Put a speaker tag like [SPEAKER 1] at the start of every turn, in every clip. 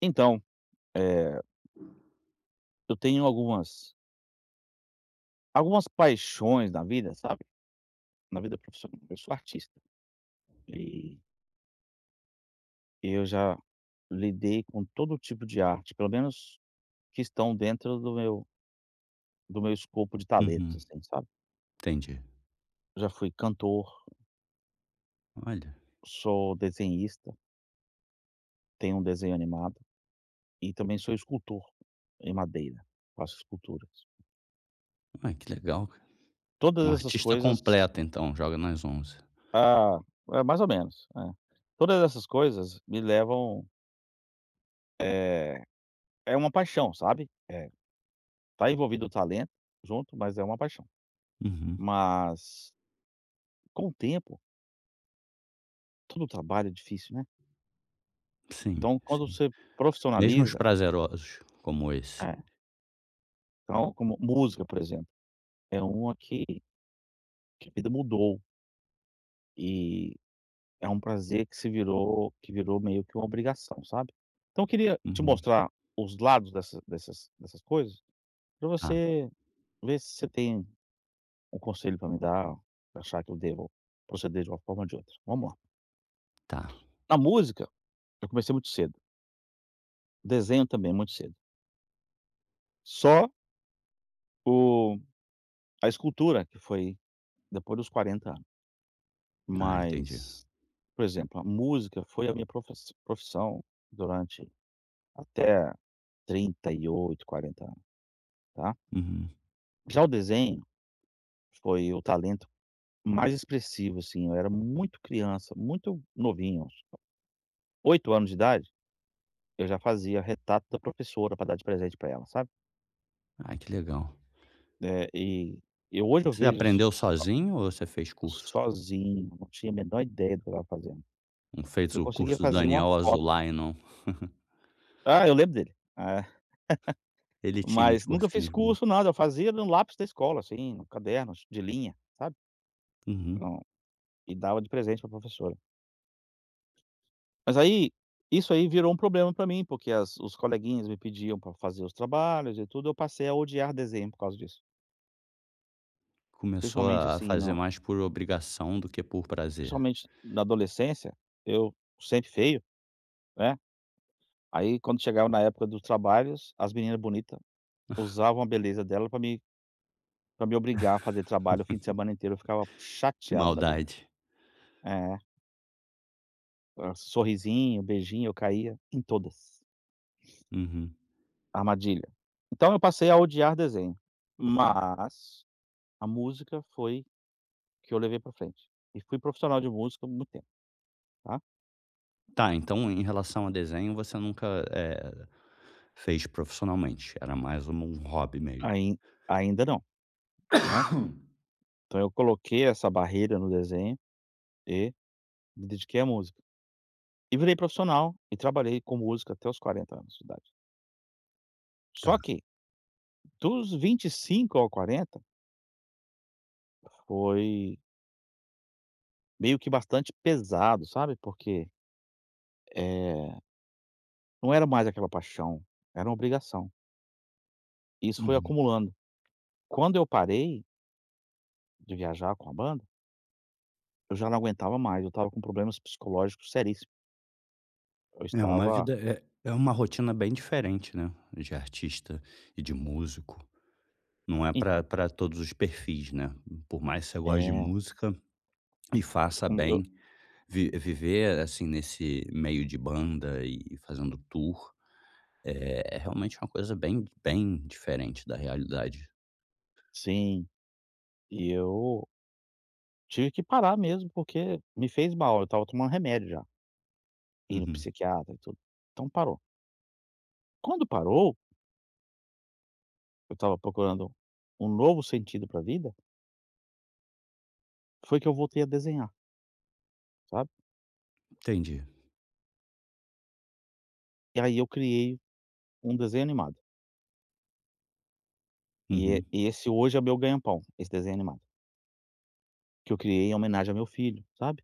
[SPEAKER 1] Então, eh, eu tenho algumas paixões na vida, sabe, na vida profissional. Eu sou artista e eu já lidei com todo tipo de arte, pelo menos que estão dentro do meu escopo de talentos,
[SPEAKER 2] Uhum,
[SPEAKER 1] assim, sabe.
[SPEAKER 2] entendi.
[SPEAKER 1] Já fui cantor,
[SPEAKER 2] Olha,
[SPEAKER 1] sou desenhista, tenho um desenho animado e também sou escultor em madeira, faço esculturas.
[SPEAKER 2] ai que legal, cara.
[SPEAKER 1] Todas
[SPEAKER 2] Um
[SPEAKER 1] essas
[SPEAKER 2] artista
[SPEAKER 1] coisas
[SPEAKER 2] completo então, joga nas onze.
[SPEAKER 1] ah, é mais ou menos, é. Todas essas coisas me levam é uma paixão, sabe. É, tá envolvido o talento junto, mas é uma paixão.
[SPEAKER 2] Uhum,
[SPEAKER 1] Mas com o tempo, todo trabalho é difícil, né.
[SPEAKER 2] sim,
[SPEAKER 1] Então quando
[SPEAKER 2] sim.
[SPEAKER 1] você
[SPEAKER 2] Mesmo os
[SPEAKER 1] profissionaliza
[SPEAKER 2] prazerosos como esse.
[SPEAKER 1] é, então, como música, por exemplo, é uma que a vida mudou, e é um prazer que se virou, que virou meio que uma obrigação, sabe. Então eu queria te
[SPEAKER 2] Uhum,
[SPEAKER 1] mostrar os lados dessas coisas, para
[SPEAKER 2] tá,
[SPEAKER 1] você ver se você tem um conselho para me dar, achar que eu devo proceder de uma forma ou de outra. Vamos lá.
[SPEAKER 2] tá.
[SPEAKER 1] Na música, eu comecei muito cedo. Desenho também, muito cedo. Só o a escultura que foi depois dos 40 anos,
[SPEAKER 2] Ah, entendi.
[SPEAKER 1] mas, por exemplo, a música foi a minha profes profissão durante, até, 38, 40 anos, tá.
[SPEAKER 2] Uhum.
[SPEAKER 1] Já o desenho foi o talento mais expressivo, assim, eu era muito criança, muito novinho, uns 8 anos de idade, eu já fazia retrato da professora para dar de presente para ela, sabe.
[SPEAKER 2] Ai, que legal.
[SPEAKER 1] Eh, e e hoje eu
[SPEAKER 2] Você
[SPEAKER 1] vejo
[SPEAKER 2] aprendeu sozinho ou você fez curso?
[SPEAKER 1] sozinho, não tinha a menor ideia do que eu estava fazendo.
[SPEAKER 2] Não fez
[SPEAKER 1] Eu
[SPEAKER 2] o
[SPEAKER 1] conseguia
[SPEAKER 2] curso do
[SPEAKER 1] fazer uma
[SPEAKER 2] Daniel
[SPEAKER 1] foto.
[SPEAKER 2] Azulay, não?
[SPEAKER 1] Ah, eu lembro dele. É.
[SPEAKER 2] Ele tinha uns
[SPEAKER 1] Mas nunca fiz
[SPEAKER 2] cursinhos bons.
[SPEAKER 1] curso, nada, eu fazia no lápis da escola, assim, no caderno de linha, sabe,
[SPEAKER 2] Uhum.
[SPEAKER 1] não, e dava de presente pra professora. Mas aí, isso aí virou um problema pra mim, porque as os coleguinhas me pediam pra fazer os trabalhos e tudo, eu passei a odiar desenho por causa disso.
[SPEAKER 2] Começou
[SPEAKER 1] Principalmente,
[SPEAKER 2] a
[SPEAKER 1] assim,
[SPEAKER 2] fazer
[SPEAKER 1] não,
[SPEAKER 2] mais por obrigação do que por prazer.
[SPEAKER 1] principalmente na adolescência, eu sempre feio, né, aí quando chegava na época dos trabalhos, as meninas bonitas usavam a beleza dela pra me Pra me obrigar a fazer trabalho o fim de semana inteiro, eu ficava
[SPEAKER 2] Que
[SPEAKER 1] chateado da vida.
[SPEAKER 2] maldade.
[SPEAKER 1] É, sorrisinho, beijinho, eu caía em todas.
[SPEAKER 2] Uhum.
[SPEAKER 1] Armadilha. Então eu passei a odiar desenho, mas a música foi que eu levei pra frente. E fui profissional de música há muito tempo, tá.
[SPEAKER 2] Tá, então em relação a desenho você nunca, eh fez profissionalmente, era mais uma um hobby mesmo.
[SPEAKER 1] Ain ainda não, né. Então eu coloquei essa barreira no desenho e me dediquei à música. E virei profissional e trabalhei com música até os 40 anos de idade.
[SPEAKER 2] Tá.
[SPEAKER 1] Só que dos 25 ao 40 foi meio que bastante pesado, sabe, porque, eh, não era mais aquela paixão, era uma obrigação. E isso foi
[SPEAKER 2] Uhum.
[SPEAKER 1] acumulando. Quando eu parei de viajar com a banda, eu já não aguentava mais, eu estava com problemas psicológicos seríssimos. Eu
[SPEAKER 2] É uma
[SPEAKER 1] estava
[SPEAKER 2] vida é é uma rotina bem diferente, né, de artista e de músico. Não é para
[SPEAKER 1] então.
[SPEAKER 2] para todos os perfis, né. Por mais que você goste de
[SPEAKER 1] é,
[SPEAKER 2] música e
[SPEAKER 1] Eu,
[SPEAKER 2] faça
[SPEAKER 1] com eu
[SPEAKER 2] bem, vi viver, assim, nesse meio de banda e fazendo tour, é realmente uma coisa bem bem diferente da realidade.
[SPEAKER 1] sim, e eu tive que parar mesmo, porque me fez mal, eu estava tomando remédio já, indo no
[SPEAKER 2] Uhum.
[SPEAKER 1] psiquiatra e tudo. Então parou. Quando parou, eu estava procurando um novo sentido para a vida, foi que eu voltei a desenhar, sabe.
[SPEAKER 2] Entendi.
[SPEAKER 1] E aí eu criei um desenho animado. E é-
[SPEAKER 2] Uhum.
[SPEAKER 1] e esse hoje é meu ganha-pão, esse desenho animado, que eu criei em homenagem ao meu filho, sabe.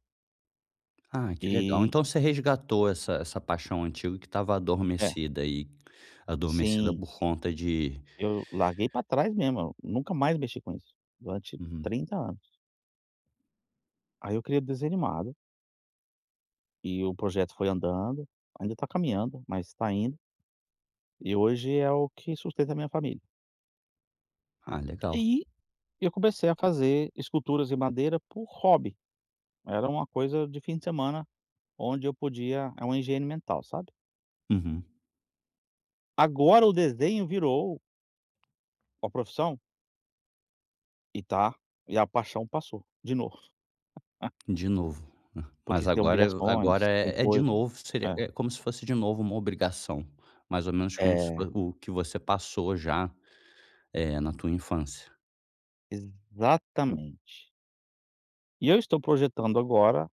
[SPEAKER 2] Ah, que legal.
[SPEAKER 1] E
[SPEAKER 2] Então você resgatou essa paixão antiga que estava
[SPEAKER 1] é,
[SPEAKER 2] adormecida e adormecida
[SPEAKER 1] sim,
[SPEAKER 2] por conta de
[SPEAKER 1] eu larguei pra trás mesmo, eu nunca mais mexi com isso, durante
[SPEAKER 2] uhum.
[SPEAKER 1] 30 anos. Aí eu criei o desenho animado, e o projeto foi andando, ainda tá caminhando, mas tá indo, e hoje é o que sustenta a minha família.
[SPEAKER 2] Ah, legal.
[SPEAKER 1] E eu comecei a fazer esculturas em madeira por hobby, era uma coisa de fim de semana, onde eu podia, uma higiene mental, sabe.
[SPEAKER 2] Uhum.
[SPEAKER 1] Agora o desenho virou com a profissão? E tá, e a paixão passou, de novo,
[SPEAKER 2] De novo.
[SPEAKER 1] porque
[SPEAKER 2] Mas
[SPEAKER 1] você tem
[SPEAKER 2] agora agora
[SPEAKER 1] obrigações, tem
[SPEAKER 2] é é de
[SPEAKER 1] coisa.
[SPEAKER 2] novo, seria é como se fosse de novo uma obrigação, mais ou menos
[SPEAKER 1] é,
[SPEAKER 2] como se
[SPEAKER 1] é,
[SPEAKER 2] fo o que você passou já, na tua infância.
[SPEAKER 1] Exatamente. E eu estou projetando agora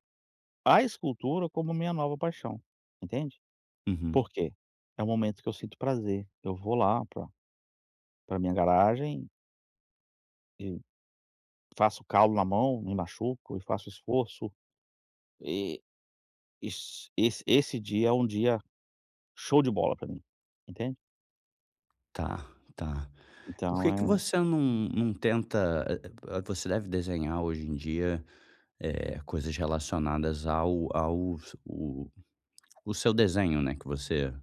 [SPEAKER 1] a escultura como minha nova paixão, entende?
[SPEAKER 2] Uhum.
[SPEAKER 1] Por quê? É o momento que eu sinto prazer, eu vou lá para minha garagem e faço calo na mão, me machuco e faço esforço, e es esse esse dia é um dia show de bola para mim, entende?
[SPEAKER 2] Tá, tá. Por
[SPEAKER 1] Então
[SPEAKER 2] que que
[SPEAKER 1] é
[SPEAKER 2] você não tenta você deve desenhar hoje em dia, coisas relacionadas ao o seu desenho, né, que você,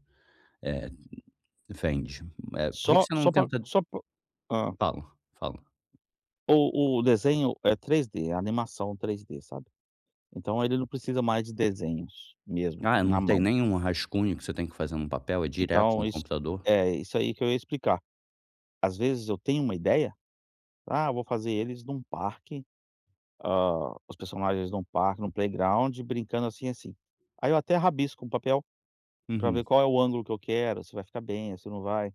[SPEAKER 2] eh, vende. Por que
[SPEAKER 1] só
[SPEAKER 2] que você
[SPEAKER 1] só
[SPEAKER 2] não
[SPEAKER 1] para
[SPEAKER 2] tenta
[SPEAKER 1] só pra
[SPEAKER 2] fala, fala.
[SPEAKER 1] O desenho é 3D, a animação 3D, sabe. Então ele não precisa mais de desenhos mesmo,
[SPEAKER 2] Ah, não
[SPEAKER 1] na
[SPEAKER 2] tem
[SPEAKER 1] mão.
[SPEAKER 2] nenhum rascunho que você tem que fazer no papel, é direto no
[SPEAKER 1] Então
[SPEAKER 2] computador?
[SPEAKER 1] isso aí que eu ia explicar. Às vezes eu tenho uma ideia, ah, eu vou fazer eles num parque, os personagens num parque, num playground, brincando assim, assim. Aí eu até rabisco um papel para ver
[SPEAKER 2] Uhum,
[SPEAKER 1] qual é o ângulo que eu quero, se vai ficar bem, se não vai.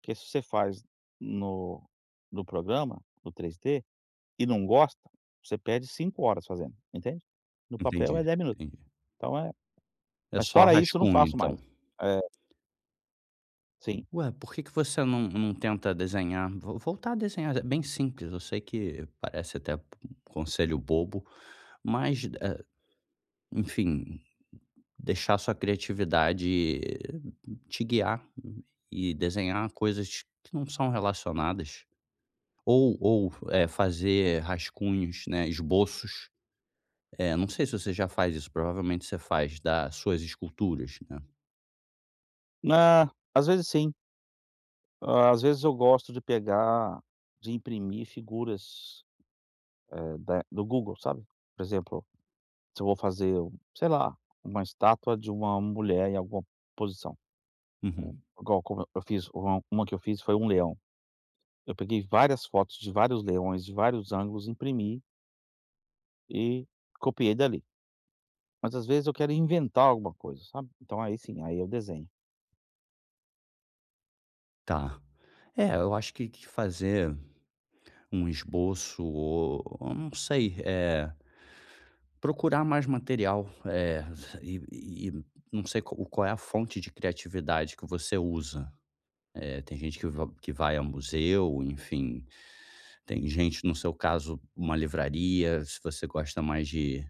[SPEAKER 1] Porque se você faz no no programa, no 3D, e não gosta, você perde 5 horas fazendo, entende? No papel
[SPEAKER 2] entendi,
[SPEAKER 1] é 10 minutos.
[SPEAKER 2] entendi.
[SPEAKER 1] Então
[SPEAKER 2] É
[SPEAKER 1] mas
[SPEAKER 2] só
[SPEAKER 1] fora isso, eu não
[SPEAKER 2] rascunho,
[SPEAKER 1] faço
[SPEAKER 2] então.
[SPEAKER 1] mais. É, sim.
[SPEAKER 2] Ué, por que que você não tenta desenhar vo voltar a desenhar? É bem simples, eu sei que parece até um conselho bobo, mas, enfim, deixar sua criatividade te guiar e desenhar coisas que não são relacionadas. Ou, fazer rascunhos, né, esboços. Não sei se você já faz isso, provavelmente você faz, das suas esculturas, né.
[SPEAKER 1] Na às vezes sim, às vezes eu gosto de pegar, de imprimir figuras, da do Google, sabe. Por exemplo, se eu vou fazer, sei lá, uma estátua de uma mulher em alguma posição,
[SPEAKER 2] Uhum.
[SPEAKER 1] um igual, como eu fiz, uma que eu fiz foi um leão. Eu peguei várias fotos de vários leões, de vários ângulos, imprimi e copiei dali. Mas às vezes eu quero inventar alguma coisa, sabe. Então aí sim, aí eu desenho.
[SPEAKER 2] Tá. É, eu acho que fazer um esboço ou eu não sei, procurar mais material, e não sei qual é a fonte de criatividade que você usa. Tem gente que vai a museu, enfim, tem gente, no seu caso, uma livraria, se você gosta mais de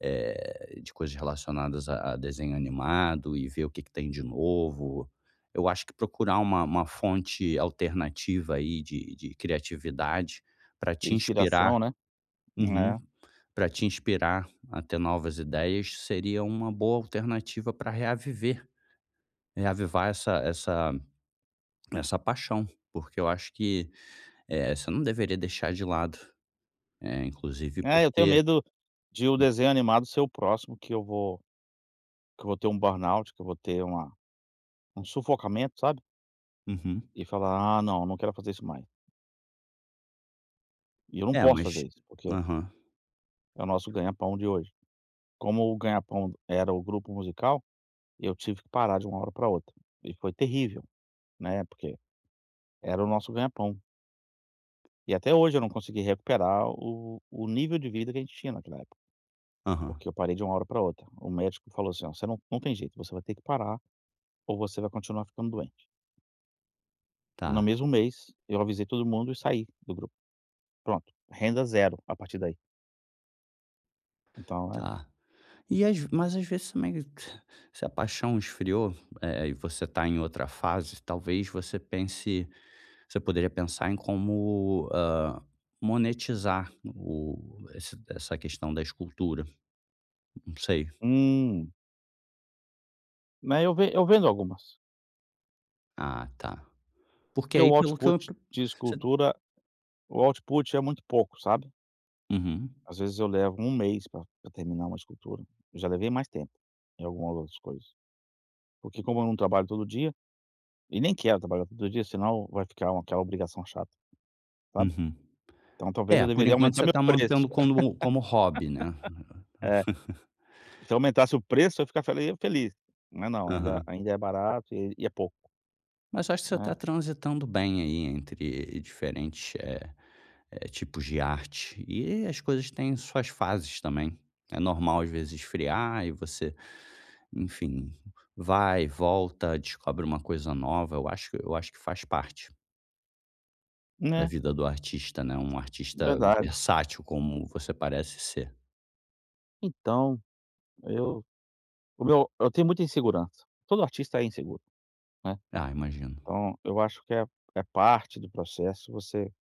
[SPEAKER 2] de coisas relacionadas a desenho animado e ver o que que tem de novo. Eu acho que procurar uma fonte alternativa aí de criatividade para te inspirar para
[SPEAKER 1] Inspiração, né. É.
[SPEAKER 2] te inspirar a ter novas ideias seria uma boa alternativa para reaviver reavivar essa essa paixão, porque eu acho que, você não deveria deixar de lado, inclusive
[SPEAKER 1] É, eu tenho
[SPEAKER 2] porque
[SPEAKER 1] medo de o desenho animado ser o próximo que eu vou, que eu vou ter um burnout, que eu vou ter uma um sufocamento, sabe?
[SPEAKER 2] uhum.
[SPEAKER 1] E falar: "Ah, não, não quero fazer isso mais". E eu não
[SPEAKER 2] É,
[SPEAKER 1] posso
[SPEAKER 2] mas
[SPEAKER 1] fazer isso, porque
[SPEAKER 2] aham,
[SPEAKER 1] é o nosso ganha-pão de hoje. Como o ganha-pão era o grupo musical, eu tive que parar de uma hora para outra. E foi terrível, né, porque era o nosso ganha-pão. E até hoje eu não consegui recuperar o nível de vida que a gente tinha naquela época,
[SPEAKER 2] aham.
[SPEAKER 1] porque eu parei de uma hora para outra. O médico falou assim: "Ó, você não tem jeito, você vai ter que parar ou você vai continuar ficando doente".
[SPEAKER 2] Tá,
[SPEAKER 1] No mesmo mês, eu avisei todo mundo e saí do grupo. Pronto, renda zero a partir daí. Então,
[SPEAKER 2] tá. E às mas às vezes também se a paixão esfriou, e você está em outra fase, talvez você pense você poderia pensar em como, hã, monetizar o esse essa questão da escultura, não sei.
[SPEAKER 1] hum, né, eu vendo algumas,
[SPEAKER 2] Ah, tá. Porque
[SPEAKER 1] porque
[SPEAKER 2] aí
[SPEAKER 1] o
[SPEAKER 2] pelo que
[SPEAKER 1] output
[SPEAKER 2] eu
[SPEAKER 1] de
[SPEAKER 2] você
[SPEAKER 1] escultura, o output é muito pouco, sabe.
[SPEAKER 2] uhum,
[SPEAKER 1] Às vezes eu levo 1 mês para terminar uma escultura, eu já levei mais tempo em algumas outras coisas, porque como eu não trabalho todo dia, e nem quero trabalhar todo dia, senão vai ficar uma aquela obrigação chata, sabe.
[SPEAKER 2] uhum.
[SPEAKER 1] Então talvez
[SPEAKER 2] É,
[SPEAKER 1] eu
[SPEAKER 2] por
[SPEAKER 1] deveria
[SPEAKER 2] enquanto
[SPEAKER 1] aumentar
[SPEAKER 2] você
[SPEAKER 1] meu
[SPEAKER 2] está
[SPEAKER 1] preço.
[SPEAKER 2] mantendo como como hobby, né.
[SPEAKER 1] É, se eu aumentasse o preço eu ficaria feliz, mas não, ainda
[SPEAKER 2] Aham.
[SPEAKER 1] ainda é barato e é pouco.
[SPEAKER 2] Mas acho que você está
[SPEAKER 1] Né,
[SPEAKER 2] transitando bem aí entre diferentes, tipos de arte. E as coisas têm suas fases também. É normal, às vezes, esfriar e você, enfim, vai, volta, descobre uma coisa nova. Eu acho, eu acho que faz parte da
[SPEAKER 1] né,
[SPEAKER 2] vida do artista, né? Um artista
[SPEAKER 1] verdade.
[SPEAKER 2] versátil, como você parece ser.
[SPEAKER 1] Então, eu o meu eu tenho muita insegurança. Todo artista é inseguro, né,
[SPEAKER 2] Ah, imagino.
[SPEAKER 1] então eu acho que é parte do processo, você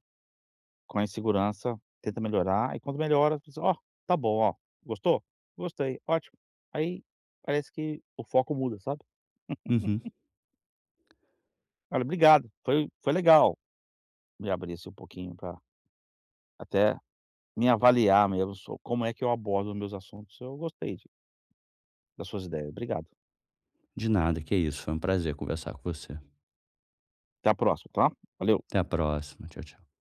[SPEAKER 1] com a insegurança tenta melhorar e quando melhora você diz: "Ó, tá bom, ó, gostou? Gostei, ótimo". Aí parece que o foco muda, sabe.
[SPEAKER 2] Uhum.
[SPEAKER 1] "Olha, obrigado, foi legal", me abrir assim um pouquinho para até me avaliar mesmo, so como é que eu abordo meus assuntos. "Eu gostei de das suas ideias, obrigado.
[SPEAKER 2] De nada, que é isso. Foi um prazer conversar com você.
[SPEAKER 1] Até a próxima, tá? Valeu".
[SPEAKER 2] Até a próxima. Tchau, tchau.